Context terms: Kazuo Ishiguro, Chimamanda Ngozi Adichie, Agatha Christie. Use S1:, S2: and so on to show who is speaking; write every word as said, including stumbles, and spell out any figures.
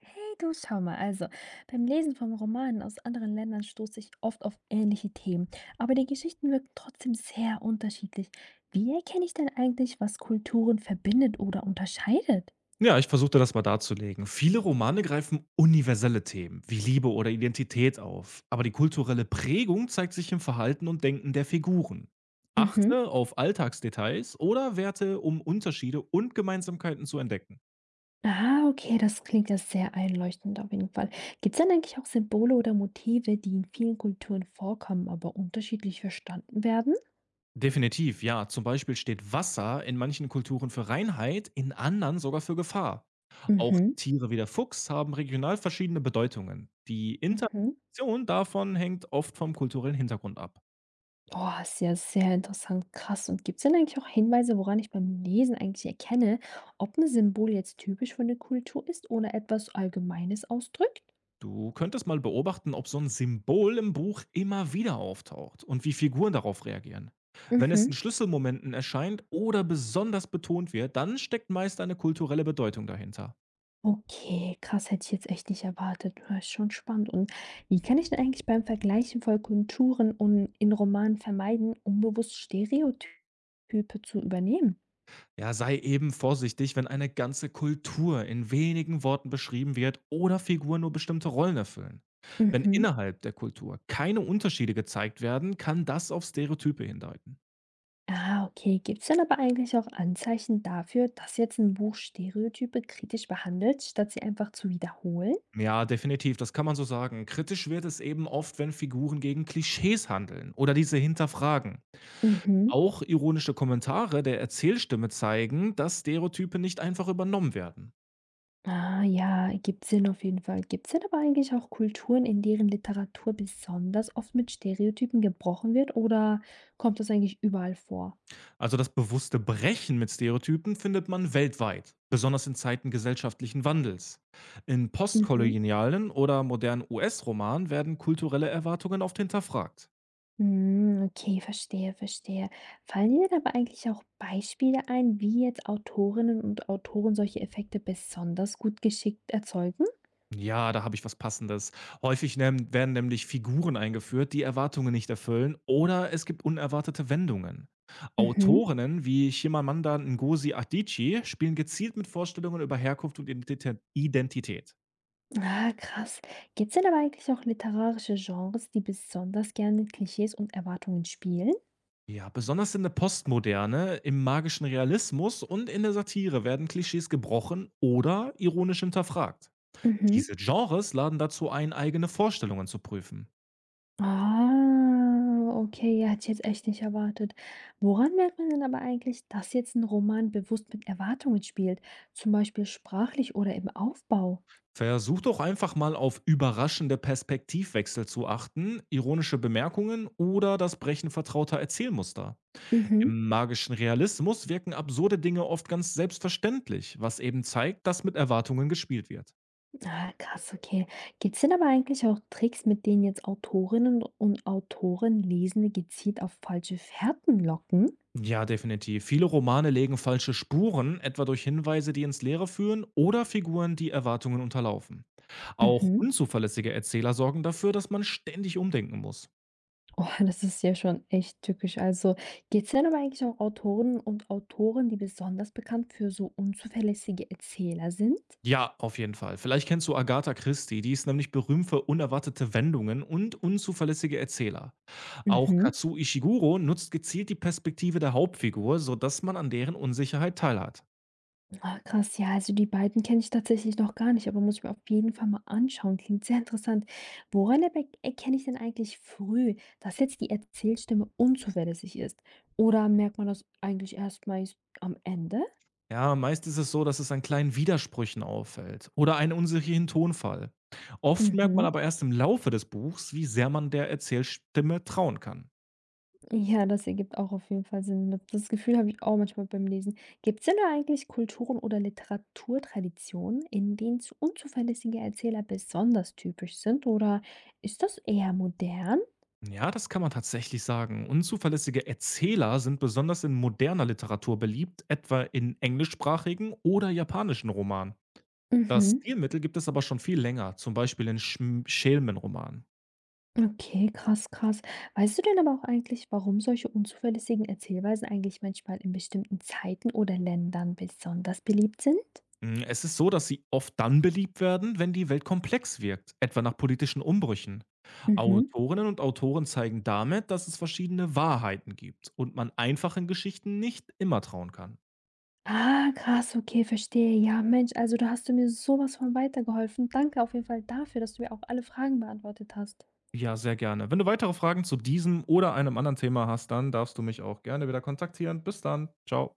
S1: Hey, du schau mal, also beim Lesen von Romanen aus anderen Ländern stoße ich oft auf ähnliche Themen, aber die Geschichten wirken trotzdem sehr unterschiedlich. Wie erkenne ich denn eigentlich, was Kulturen verbindet oder unterscheidet?
S2: Ja, ich versuchte das mal darzulegen. Viele Romane greifen universelle Themen wie Liebe oder Identität auf, aber die kulturelle Prägung zeigt sich im Verhalten und Denken der Figuren.
S1: Mhm.
S2: Achte auf Alltagsdetails oder Werte, um Unterschiede und Gemeinsamkeiten zu entdecken.
S1: Ah, okay, das klingt ja sehr einleuchtend auf jeden Fall. Gibt es denn eigentlich auch Symbole oder Motive, die in vielen Kulturen vorkommen, aber unterschiedlich verstanden werden?
S2: Definitiv, ja. Zum Beispiel steht Wasser in manchen Kulturen für Reinheit, in anderen sogar für Gefahr. Auch
S1: Mhm.
S2: Tiere wie der Fuchs haben regional verschiedene Bedeutungen. Die
S1: Mhm.
S2: Interpretation davon hängt oft vom kulturellen Hintergrund ab.
S1: Oh, ist ja sehr interessant, krass. Und gibt es denn eigentlich auch Hinweise, woran ich beim Lesen eigentlich erkenne, ob 'n Symbol jetzt typisch für eine Kultur ist oder etwas Allgemeines ausdrückt?
S2: Du könntest mal beobachten, ob so ein Symbol im Buch immer wieder auftaucht und wie Figuren darauf reagieren. Wenn es in
S1: Mhm.
S2: Schlüsselmomenten erscheint oder besonders betont wird, dann steckt meist eine kulturelle Bedeutung dahinter.
S1: Okay, krass, hätte ich jetzt echt nicht erwartet. Ja, ist schon spannend. Und wie kann ich denn eigentlich beim Vergleichen von Kulturen und in Romanen vermeiden, unbewusst Stereotype zu übernehmen?
S2: Ja, sei eben vorsichtig, wenn eine ganze Kultur in wenigen Worten beschrieben wird oder Figuren nur bestimmte Rollen erfüllen. Wenn
S1: Mhm.
S2: innerhalb der Kultur keine Unterschiede gezeigt werden, kann das auf Stereotype hindeuten.
S1: Ah, okay. Gibt es denn aber eigentlich auch Anzeichen dafür, dass jetzt ein Buch Stereotype kritisch behandelt, statt sie einfach zu wiederholen?
S2: Ja, definitiv, das kann man so sagen. Kritisch wird es eben oft, wenn Figuren gegen Klischees handeln oder diese hinterfragen.
S1: Mhm.
S2: Auch ironische Kommentare der Erzählstimme zeigen, dass Stereotype nicht einfach übernommen werden.
S1: Ah, ja, gibt Sinn auf jeden Fall. Gibt es denn aber eigentlich auch Kulturen, in deren Literatur besonders oft mit Stereotypen gebrochen wird oder kommt das eigentlich überall vor?
S2: Also das bewusste Brechen mit Stereotypen findet man weltweit, besonders in Zeiten gesellschaftlichen Wandels. In
S1: Mhm.
S2: postkolonialen oder modernen U S-Romanen werden kulturelle Erwartungen oft hinterfragt.
S1: Mm, okay, verstehe, verstehe. Fallen dir denn aber eigentlich auch Beispiele ein, wie jetzt Autorinnen und Autoren solche Effekte besonders gut geschickt erzeugen?
S2: Ja, da habe ich was Passendes. Häufig nem werden nämlich Figuren eingeführt, die Erwartungen nicht erfüllen, oder es gibt unerwartete Wendungen.
S1: Mhm.
S2: Autorinnen wie Chimamanda Ngozi Adichie spielen gezielt mit Vorstellungen über Herkunft und Identitä- Identität.
S1: Ah, krass. Gibt es denn aber eigentlich auch literarische Genres, die besonders gerne mit Klischees und Erwartungen spielen?
S2: Ja, besonders in der Postmoderne, im magischen Realismus und in der Satire werden Klischees gebrochen oder ironisch hinterfragt.
S1: Mhm.
S2: Diese Genres laden dazu ein, eigene Vorstellungen zu prüfen.
S1: Ah, okay, ja, hätte ich jetzt echt nicht erwartet. Woran merkt man denn aber eigentlich, dass jetzt ein Roman bewusst mit Erwartungen spielt, zum Beispiel sprachlich oder im Aufbau?
S2: Versuch doch einfach mal auf überraschende Perspektivwechsel zu achten, ironische Bemerkungen oder das Brechen vertrauter Erzählmuster.
S1: Mhm.
S2: Im magischen Realismus wirken absurde Dinge oft ganz selbstverständlich, was eben zeigt, dass mit Erwartungen gespielt wird.
S1: Ah, krass, okay. Gibt's denn aber eigentlich auch Tricks, mit denen jetzt Autorinnen und Autoren Lesende gezielt auf falsche Fährten locken?
S2: Ja, definitiv. Viele Romane legen falsche Spuren, etwa durch Hinweise, die ins Leere führen oder Figuren, die Erwartungen unterlaufen. Auch
S1: Mhm.
S2: unzuverlässige Erzähler sorgen dafür, dass man ständig umdenken muss.
S1: Oh, das ist ja schon echt tückisch. Also, gibt's denn aber eigentlich auch Autoren und Autoren, die besonders bekannt für so unzuverlässige Erzähler sind?
S2: Ja, auf jeden Fall. Vielleicht kennst du Agatha Christie, die ist nämlich berühmt für unerwartete Wendungen und unzuverlässige Erzähler. Auch
S1: Mhm.
S2: Kazuo Ishiguro nutzt gezielt die Perspektive der Hauptfigur, sodass man an deren Unsicherheit teilhat.
S1: Ah, krass, ja, also die beiden kenne ich tatsächlich noch gar nicht, aber muss ich mir auf jeden Fall mal anschauen. Klingt sehr interessant. Woran aber erkenne ich denn eigentlich früh, dass jetzt die Erzählstimme unzuverlässig ist? Oder merkt man das eigentlich erst meist am Ende?
S2: Ja, meist ist es so, dass es an kleinen Widersprüchen auffällt oder einen unsicheren Tonfall. Oft merkt man
S1: Mhm.
S2: aber erst im Laufe des Buchs, wie sehr man der Erzählstimme trauen kann.
S1: Ja, das ergibt auch auf jeden Fall Sinn. Das das Gefühl habe ich auch manchmal beim Lesen. Gibt es denn da eigentlich Kulturen oder Literaturtraditionen, in denen zu- unzuverlässige Erzähler besonders typisch sind? Oder ist das eher modern?
S2: Ja, das kann man tatsächlich sagen. Unzuverlässige Erzähler sind besonders in moderner Literatur beliebt, etwa in englischsprachigen oder japanischen Romanen. Das
S1: Mhm.
S2: Stilmittel gibt es aber schon viel länger, zum Beispiel in Schm- Schelmenromanen.
S1: Okay, krass, krass. Weißt du denn aber auch eigentlich, warum solche unzuverlässigen Erzählweisen eigentlich manchmal in bestimmten Zeiten oder Ländern besonders beliebt sind?
S2: Mm, Es ist so, dass sie oft dann beliebt werden, wenn die Welt komplex wirkt, etwa nach politischen Umbrüchen.
S1: Mhm.
S2: Autorinnen und Autoren zeigen damit, dass es verschiedene Wahrheiten gibt und man einfachen Geschichten nicht immer trauen kann.
S1: Ah, krass, okay, verstehe. Ja, Mensch, also da hast du mir sowas von weitergeholfen. Danke auf jeden Fall dafür, dass du mir auch alle Fragen beantwortet hast.
S2: Ja, sehr gerne. Wenn du weitere Fragen zu diesem oder einem anderen Thema hast, dann darfst du mich auch gerne wieder kontaktieren. Bis dann. Ciao.